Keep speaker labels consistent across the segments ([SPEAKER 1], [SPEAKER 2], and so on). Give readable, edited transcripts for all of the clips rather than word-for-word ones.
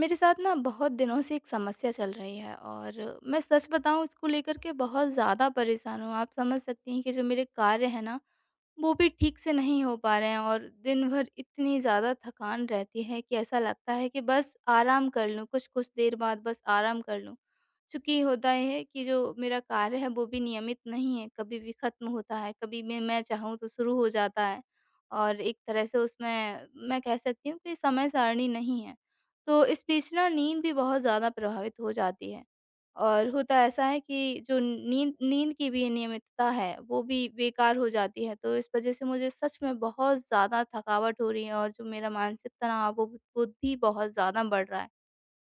[SPEAKER 1] मेरे साथ ना बहुत दिनों से एक समस्या चल रही है और मैं सच बताऊँ इसको लेकर के बहुत ज़्यादा परेशान हूँ। आप समझ सकती हैं कि जो मेरे कार्य हैं ना वो भी ठीक से नहीं हो पा रहे हैं और दिन भर इतनी ज़्यादा थकान रहती है कि ऐसा लगता है कि बस आराम कर लूँ, कुछ-कुछ देर बाद बस आराम कर लूँ। चूँकि होता ये है कि जो मेरा कार्य है वो भी नियमित नहीं है, कभी भी ख़त्म होता है, कभी मैं चाहूँ तो शुरू हो जाता है, और एक तरह से उसमें मैं कह सकती हूँ कि समय सारणी नहीं है। तो इस बीच ना नींद भी बहुत ज़्यादा प्रभावित हो जाती है। और होता ऐसा है कि जो नींद नींद की भी नियमितता है, वो भी बेकार हो जाती है। तो इस वज़ह से मुझे सच में बहुत ज़्यादा थकावट हो रही है, और जो मेरा मानसिक तनाव है, वो भी बहुत ज़्यादा बढ़ रहा है।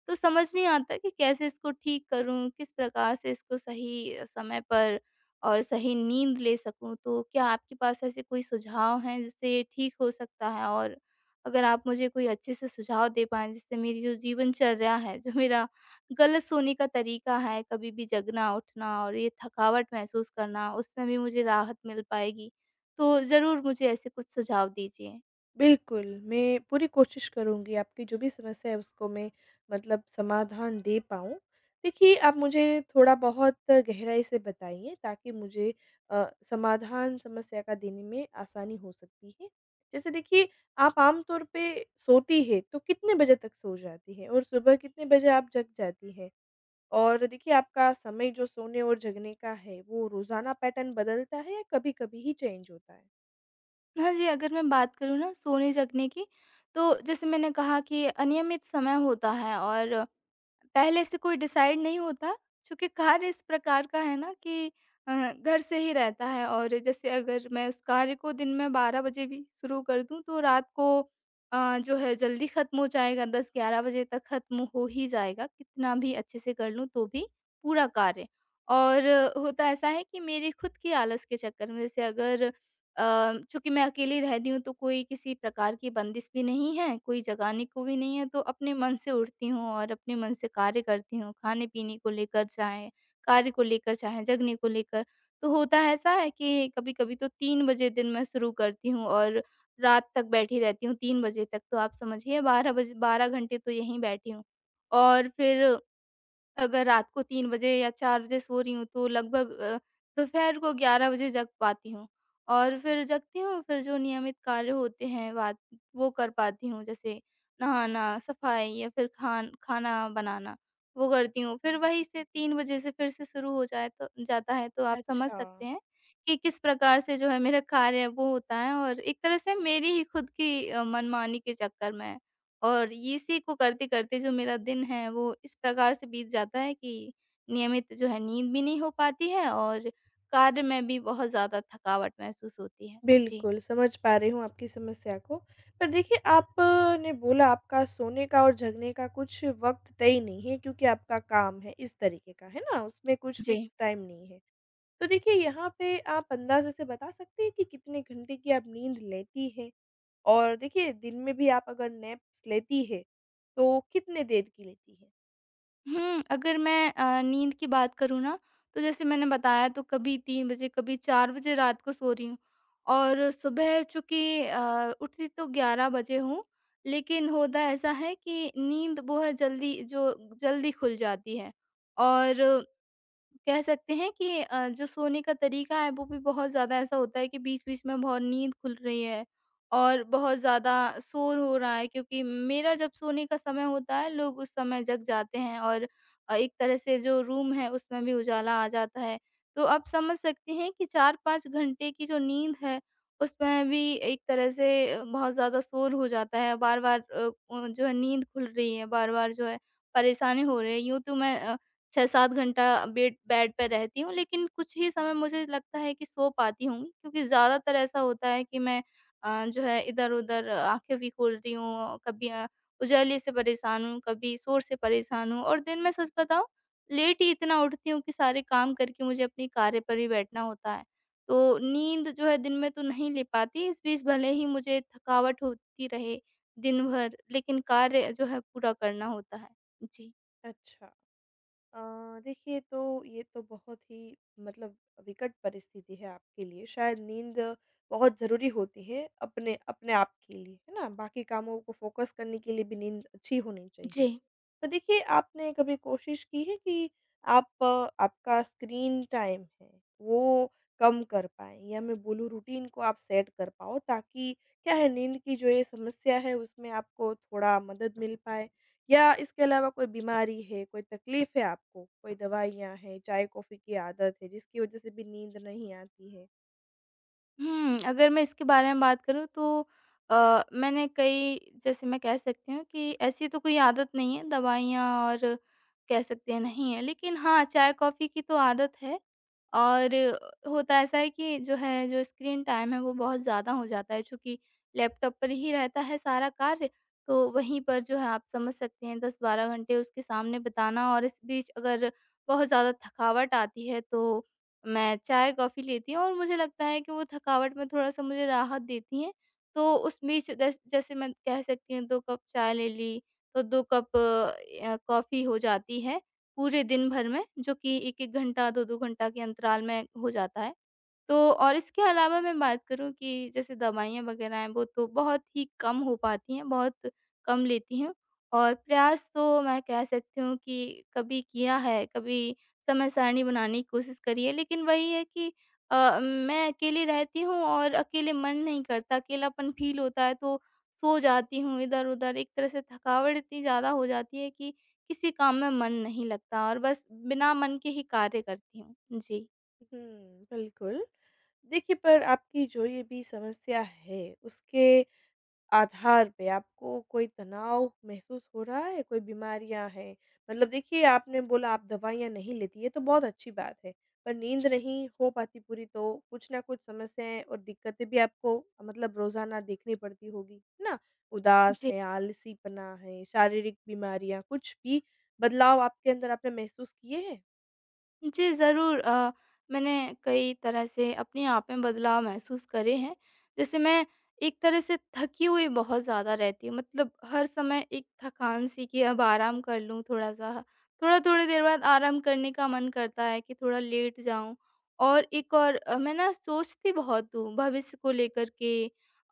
[SPEAKER 1] तो समझ नहीं आता कि कैसे इसको ठीक करूँ? किस प्रकार से इसको सही समय पर और सही नींद ले सकूँ? तो क्या आपके पास ऐसे कोई सुझाव हैं जिससे ये ठीक हो सकता है? और अगर आप मुझे कोई अच्छे से सुझाव दे पाएँ जिससे मेरी जो जीवनचर्या है, जो मेरा गलत सोने का तरीका है, कभी भी जगना-उठना और ये थकावट महसूस करना, उसमें भी मुझे राहत मिल पाएगी। तो ज़रूर मुझे ऐसे कुछ सुझाव दीजिए।
[SPEAKER 2] बिल्कुल, मैं पूरी कोशिश करूँगी आपकी जो भी समस्या है उसको मैं मतलब समाधान दे पाऊँ। देखिए, आप मुझे थोड़ा-बहुत गहराई से बताइए ताकि मुझे समाधान समस्या का देने में आसानी हो सकती है। जैसे देखिए, आप आम तौर पे सोती हैं तो कितने बजे तक सो जाती हैं? और सुबह कितने बजे आप जग जाती हैं? और देखिए, आपका समय जो सोने और जगने का है, वो रोज़ाना पैटर्न बदलता है या कभी-कभी ही चेंज होता है?
[SPEAKER 1] हाँ जी, अगर मैं बात करूँ ना सोने-जगने की, तो जैसे मैंने कहा कि अनियमित समय होता है, और पहले से कोई डिसाइड नहीं होता, चूँकि कार्य इस प्रकार का है ना कि घर से ही रहता है। और जैसे अगर मैं उस कार्य को दिन में 12 बजे भी शुरू कर दूँ, तो रात को जो है जल्दी ख़त्म हो जाएगा, 10-11 बजे तक ख़त्म हो ही जाएगा, कितना भी अच्छे से कर लूँ तो भी पूरा कार्य। और होता ऐसा है कि मेरी खुद की आलस के चक्कर में, जैसे अगर अ, चूँकि मैं अकेली रहती हूँ तो कोई किसी प्रकार की बंदिश भी नहीं है, कोई जगाने को भी नहीं है, तो अपने मन से उठती हूँ और अपने मन से कार्य करती हूँ, खाने-पीने को लेकर, चाहे कार्य को लेकर, चाहे जगने को लेकर। तो होता ऐसा है कि कभी-कभी तो 3 बजे दिन मैं शुरू करती हूँ और रात तक बैठी रहती हूँ 3 बजे तक, तो आप समझिए 12 घंटे तो यहीं बैठी हूँ। और फिर अगर रात को 3 बजे या 4 बजे सो रही हूँ, तो लगभग दोपहर को 11 बजे जग पाती हूँ, और फिर जगती हूँ, फिर जो नियमित कार्य होते हैं बात वो कर पाती हूँ, जैसे नहाना, सफाई या फिर खाना बनाना, वो करती हूँ। फिर वही से 3 बजे से फिर से शुरू हो जाए तो जाता है, तो आप समझ
[SPEAKER 2] अच्छा।
[SPEAKER 1] सकते हैं कि किस प्रकार से जो है मेरा कार्य है वो होता है, और एक तरह से मेरी ही खुद की मनमानी के चक्कर में। और ये इसी को करते-करते जो मेरा दिन है वो इस प्रकार से बीत जाता है कि नियमित जो है नींद भी नहीं हो पाती है, और कार्य में भी बहुत ज़्यादा थकावट महसूस होती है। जी।
[SPEAKER 2] बिल्कुल, समझ पा रही हूँ आपकी समस्या को। पर देखिए आपने बोला आपका सोने का और जगने का कुछ वक़्त तय नहीं है क्योंकि आपका काम है इस तरीके का, है ना? उसमें कुछ
[SPEAKER 1] जी।
[SPEAKER 2] फ़िक्स टाइम नहीं है। तो देखिए यहाँ पे आप अंदाज़े से बता सकते हैं कि कितने घंटे की आप नींद लेती हैं? और देखिए दिन में भी आप अगर नैप्स लेती है, तो कितने देर की लेती है?
[SPEAKER 1] अगर मैं नींद की बात करूँ ना, तो जैसे मैंने बताया तो कभी 3 बजे, कभी 4 बजे रात को सो रही हूँ, और सुबह चूँकि उठती तो 11 बजे हूँ, लेकिन होता ऐसा है कि नींद वो है जल्दी जो जल्दी खुल जाती है। और कह सकते हैं कि जो सोने का तरीका है वो भी बहुत ज़्यादा ऐसा होता है कि बीच-बीच में बहुत नींद खुल रही है, और बहुत ज़्यादा शोर हो रहा है, क्योंकि मेरा जब सोने का समय होता है लोग उस समय जग जाते हैं, और एक तरह से जो रूम है उसमें भी उजाला आ जाता है। तो आप समझ सकते हैं कि 4-5 घंटे की जो नींद है उसमें भी एक तरह से बहुत ज़्यादा शोर हो जाता है बार-बार, जो है नींद खुल रही है, बार-बार जो है परेशानी हो रही है। यूँ तो मैं 6-7 घंटा बेड बेड पे रहती हूँ, लेकिन कुछ ही समय मुझे लगता है कि सो पाती होंगी, क्योंकि ज़्यादातर ऐसा होता है कि मैं जो है इधर-उधर आँखें भी खोल रही हूँ, कभी उजाले से परेशान हूँ, कभी शोर से परेशान हूँ। और दिन में सच बताऊँ, लेट ही इतना उठती हूँ कि सारे काम करके मुझे अपनी कार्य पर ही बैठना होता है। तो नींद जो है दिन में तो नहीं ले पाती, इस बीच भले ही मुझे थकावट होती रहे दिन भर, लेकिन कार्य जो है पूरा करना होता है। जी।
[SPEAKER 2] अच्छा। अ, देखिए तो ये तो बहुत ही मतलब विकट परिस्थिति है आपके लिए। शायद नींद बहुत ज़रूरी होती है अपने अपने आप के लिए, है ना? बाकी कामों को फ़ोकस करने के लिए भी नींद अच्छी होनी
[SPEAKER 1] जी।
[SPEAKER 2] चाहिए। तो देखिए आपने कभी कोशिश की है कि आप आपका स्क्रीन टाइम है वो कम कर पाएँ या मैं बोलूँ रूटीन को आप सेट कर पाओ ताकि क्या है नींद की जो ये समस्या है उसमें आपको थोड़ा मदद मिल पाए? या इसके अलावा कोई बीमारी है, कोई तकलीफ़ है आपको, कोई दवाइयाँ हैं, चाय-कॉफ़ी की आदत है जिसकी वज़ह से भी नींद नहीं आती है?
[SPEAKER 1] अगर मैं इसके बारे में बात करूँ तो मैंने कई जैसे मैं कह सकती हूँ कि ऐसी तो कोई आदत नहीं है, दवाइयाँ और कह सकते हैं नहीं है, लेकिन हाँ, चाय-कॉफ़ी की तो आदत है। और होता ऐसा है कि जो है, जो स्क्रीन टाइम है वो बहुत ज़्यादा हो जाता है, चूँकि लैपटॉप पर ही रहता है सारा कार्य, तो वहीं पर जो है आप समझ सकते हैं 10-12 घंटे उसके सामने बिताना, और इस बीच अगर बहुत ज़्यादा थकावट आती है तो मैं चाय, कॉफ़ी लेती हूँ, और मुझे लगता है कि वो थकावट में थोड़ा-सा मुझे राहत देती हैं। तो उस बीच 10 जैसे मैं कह सकती हूँ 2 कप चाय ले ली, तो 2 कप कॉफ़ी हो जाती है पूरे दिन भर में, जो कि 1-1 घंटा, 2-2 घंटा के अंतराल में हो जाता है। तो और इसके अलावा मैं बात करूँ कि जैसे दवाइयाँ वगैरह हैं, वो तो बहुत ही कम हो पाती हैं, बहुत कम लेती हूँ। और प्रयास तो मैं कह सकती हूँ कि कभी किया है, कभी समय सारणी बनाने की कोशिश करी है, लेकिन वही है कि मैं अकेले रहती हूँ और अकेले मन नहीं करता, अकेलापन फ़ील होता है, तो सो जाती हूँ इधर-उधर। एक तरह से थकावट इतनी ज़्यादा हो जाती है कि किसी काम में मन नहीं लगता, और बस बिना मन के ही कार्य करती हूँ।
[SPEAKER 2] हुँ, बिल्कुल। देखिए पर आपकी जो ये भी समस्या है उसके आधार पे आपको कोई तनाव महसूस हो रहा है? कोई बीमारियाँ हैं? मतलब देखिए आपने बोला आप दवाइयाँ नहीं लेती हैं, तो बहुत अच्छी बात है। पर नींद नहीं हो पाती पूरी तो कुछ न कुछ समस्याएँ और दिक्कतें भी आपको मतलब रोज़ाना देखनी पड़ती होगी, है ना? उदास
[SPEAKER 1] जी।
[SPEAKER 2] है, आलसीपना है, शारीरिक बीमारियाँ, कुछ भी बदलाव आपके अंदर आपने महसूस किए हैं?
[SPEAKER 1] जी, ज़रूर, मैंने कई तरह से अपने आप में बदलाव महसूस करे हैं। जैसे मैं एक तरह से थकी हुई बहुत ज़्यादा रहती हूँ, मतलब हर समय एक थकान-सी, कि अब आराम कर लूँ थोड़ा-सा। थोड़ा थोड़ी देर बाद आराम करने का मन करता है कि थोड़ा लेट जाऊँ। और एक और मैं ना सोचती बहुत हूँ भविष्य को लेकर के,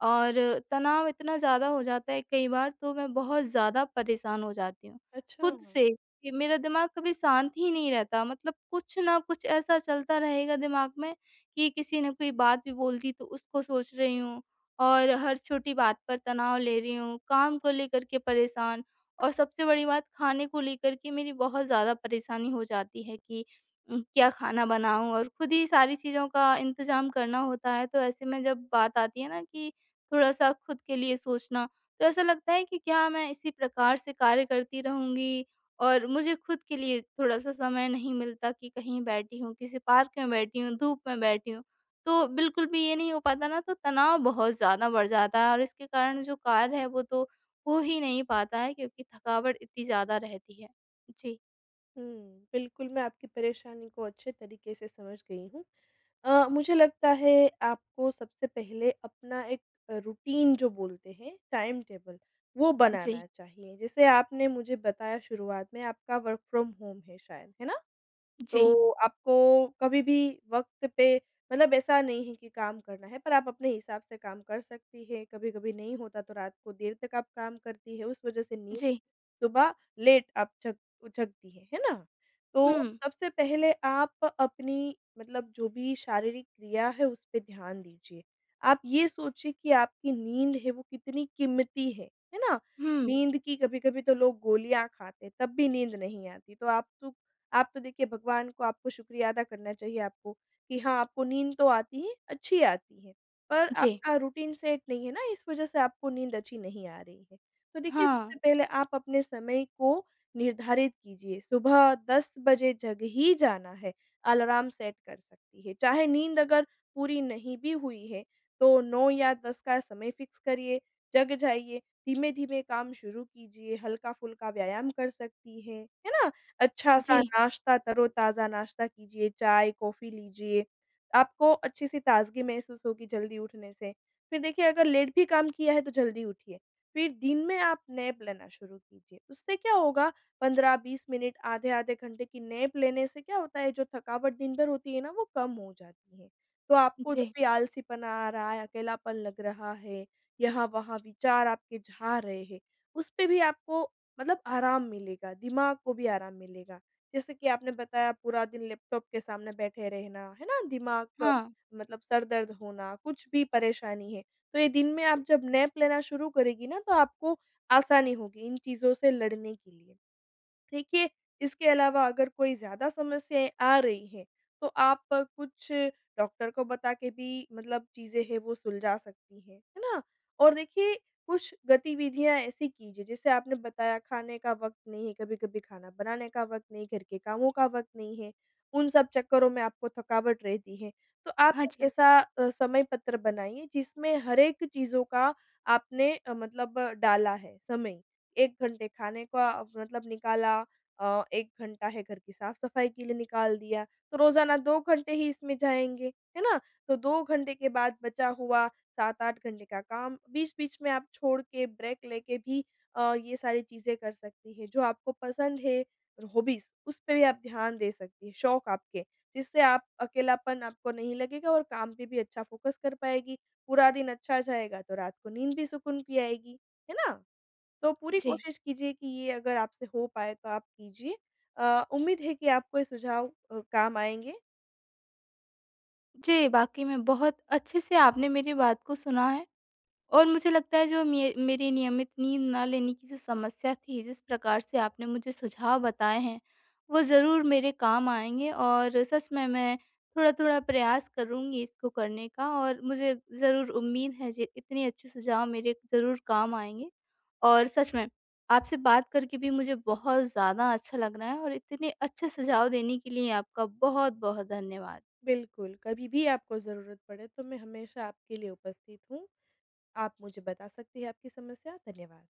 [SPEAKER 1] और तनाव इतना ज़्यादा हो जाता है कई बार, तो मैं बहुत ज़्यादा परेशान हो जाती हूँ,
[SPEAKER 2] अच्छा।
[SPEAKER 1] खुद से। कि मेरा दिमाग कभी शांत ही नहीं रहता, मतलब कुछ ना कुछ ऐसा चलता रहेगा दिमाग में कि किसी ने कोई बात भी बोल दी तो उसको सोच रही हूँ, और हर छोटी बात पर तनाव ले रही हूँ, काम को लेकर के परेशान, और सबसे बड़ी बात खाने को लेकर के मेरी बहुत ज़्यादा परेशानी हो जाती है कि क्या खाना बनाऊं, और खुद ही सारी चीज़ों का इंतजाम करना होता है। तो ऐसे में जब बात आती है ना कि थोड़ा सा खुद के लिए सोचना, तो ऐसा लगता है कि क्या मैं इसी प्रकार से कार्य करती रहूंगी, और मुझे खुद के लिए थोड़ा-सा समय नहीं मिलता कि कहीं बैठी हूँ, किसी पार्क में बैठी हूँ, धूप में बैठी हूँ, तो बिल्कुल भी ये नहीं हो पाता ना, तो तनाव बहुत ज़्यादा बढ़ जाता है, और इसके कारण जो कार्य है वो तो हो ही नहीं पाता है, क्योंकि थकावट इतनी ज़्यादा रहती है। जी,
[SPEAKER 2] हुँ, बिल्कुल, मैं आपकी परेशानी को अच्छे तरीके से समझ गई हूँ। मुझे लगता है आपको सबसे पहले अपना एक रूटीन जो बोलते हैं, टाइम टेबल, वो
[SPEAKER 1] जी,
[SPEAKER 2] बनाना चाहिए। जैसे आपने मुझे बताया शुरुआत में आपका वर्क फ्रॉम होम है शायद, है ना? तो
[SPEAKER 1] जी,
[SPEAKER 2] हुँ। आपको कभी भी वक़्त पे मतलब ऐसा नहीं है कि काम करना है, पर आप अपने हिसाब से काम कर सकती हैं। कभी-कभी नहीं होता तो रात को देर तक आप काम करती हैं, उस वज़ह से नींद
[SPEAKER 1] जी।
[SPEAKER 2] सुबह लेट आप जग जगती हैं, है ना? तो
[SPEAKER 1] हुँ,
[SPEAKER 2] सबसे पहले आप अपनी मतलब जो भी शारीरिक क्रिया है उस पे ध्यान दीजिए। आप ये सोचिए कि आपकी नींद है वो कितनी कीमती है ना?
[SPEAKER 1] हुँ,
[SPEAKER 2] नींद की कभी-कभी तो लोग गोलियाँ खाते हैं तब भी नींद नहीं आती। आप तो देखिए भगवान को आपको शुक्रिया अदा करना चाहिए आपको कि हाँ, आपको नींद तो आती है, अच्छी आती है। पर
[SPEAKER 1] जी।
[SPEAKER 2] आपका रूटीन सेट नहीं है ना इस वज़ह से आपको नींद अच्छी नहीं आ रही है। तो देखिए,
[SPEAKER 1] हाँ,
[SPEAKER 2] सबसे पहले आप अपने समय को निर्धारित कीजिए। सुबह 10 बजे जग ही जाना है, अलार्म सेट कर सकती है। चाहे नींद अगर पूरी नहीं भी हुई है, तो 9 या 10 का समय फिक्स करिए, जग जाइए, धीमे-धीमे काम शुरू कीजिए, हल्का-फुल्का व्यायाम कर सकती हैं, है ना? अच्छा-सा
[SPEAKER 1] जी,
[SPEAKER 2] नाश्ता, तरोताज़ा नाश्ता कीजिए, चाय, कॉफ़ी लीजिए, आपको अच्छी-सी ताज़गी महसूस होगी जल्दी उठने से। फिर देखिए, अगर लेट भी काम किया है, तो जल्दी उठिए। फिर दिन में आप नैप लेना शुरू कीजिए। उससे क्या होगा 15-20 मिनट आधे-आधे घंटे की नैप लेने से क्या होता है जो थकावट दिन भर होती है ना वो कम हो जाती है। तो आपको जो
[SPEAKER 1] जी।
[SPEAKER 2] भी आलसीपना आ रहा है, अकेलापन लग रहा है, यहाँ-वहाँ विचार आपके जा रहे हैं, उस पे भी आपको मतलब आराम मिलेगा, दिमाग को भी आराम मिलेगा। जैसे कि आपने बताया पूरा दिन लैपटॉप के सामने बैठे रहना, है ना? दिमाग का
[SPEAKER 1] हाँ,
[SPEAKER 2] मतलब सर दर्द होना, कुछ भी परेशानी है, तो ये दिन में आप जब नैप लेना शुरू करेंगी ना, तो आपको आसानी होगी इन चीज़ों से लड़ने के लिए। देखिए, इसके अलावा अगर कोई ज़्यादा समस्याएँ आ रही हैं, तो आप कुछ डॉक्टर को बता के भी मतलब चीज़ें हैं वो सुलझा सकती हैं, है ना? और देखिए कुछ गतिविधियाँ ऐसी कीजिए जैसे आपने बताया खाने का वक़्त नहीं है, कभी-कभी खाना बनाने का वक़्त नहीं, घर के कामों का वक़्त नहीं है, उन सब चक्करों में आपको थकावट रहती है। तो आप
[SPEAKER 1] हाँ
[SPEAKER 2] एक
[SPEAKER 1] जी,
[SPEAKER 2] ऐसा समय पत्र बनाइए जिसमें हर एक चीज़ों का आपने मतलब डाला है समय। 1 घंटे खाने का मतलब निकाला 1 घंटा है घर की साफ-सफाई के लिए निकाल दिया, तो रोज़ाना 2 घंटे ही इसमें जाएँगे, है ना? तो 2 घंटे के बाद बचा हुआ 7-8 घंटे का काम बीच-बीच में आप छोड़ के ब्रेक लेके भी ये सारी चीज़ें कर सकती हैं। जो आपको पसंद है हॉबीज़, उस पे भी आप ध्यान दे सकती हैं, शौक आपके, जिससे आप अकेलापन आपको नहीं लगेगा और काम पे भी अच्छा फ़ोकस कर पाएगी, पूरा दिन अच्छा जाएगा तो रात को नींद भी सुकून की आएगी, है ना? तो पूरी
[SPEAKER 1] जी।
[SPEAKER 2] कोशिश कीजिए कि ये अगर आपसे हो पाए तो आप कीजिए। उम्मीद है कि आपको ये सुझाव काम आएँगे।
[SPEAKER 1] जी, वाक़ई में बहुत अच्छे से आपने मेरी बात को सुना है। और मुझे लगता है जो मे मेरी नियमित नींद ना लेने की जो समस्या थी, जिस प्रकार से आपने मुझे सुझाव बताए हैं, वो ज़रूर मेरे काम आएँगे, और सच में मैं थोड़ा-थोड़ा प्रयास करूँगी इसको करने का, और मुझे ज़रूर उम्मीद है जे इतने अच्छे सुझाव मेरे ज़रूर काम आएँगे। और सच में आपसे बात करके भी मुझे बहुत ज़्यादा अच्छा लग रहा है, और इतने अच्छे सुझाव देने के लिए आपका बहुत-बहुत धन्यवाद।
[SPEAKER 2] बिल्कुल, कभी भी आपको ज़रूरत पड़े तो मैं हमेशा आपके लिए उपस्थित हूँ। आप मुझे बता सकती हैं आपकी समस्या। धन्यवाद।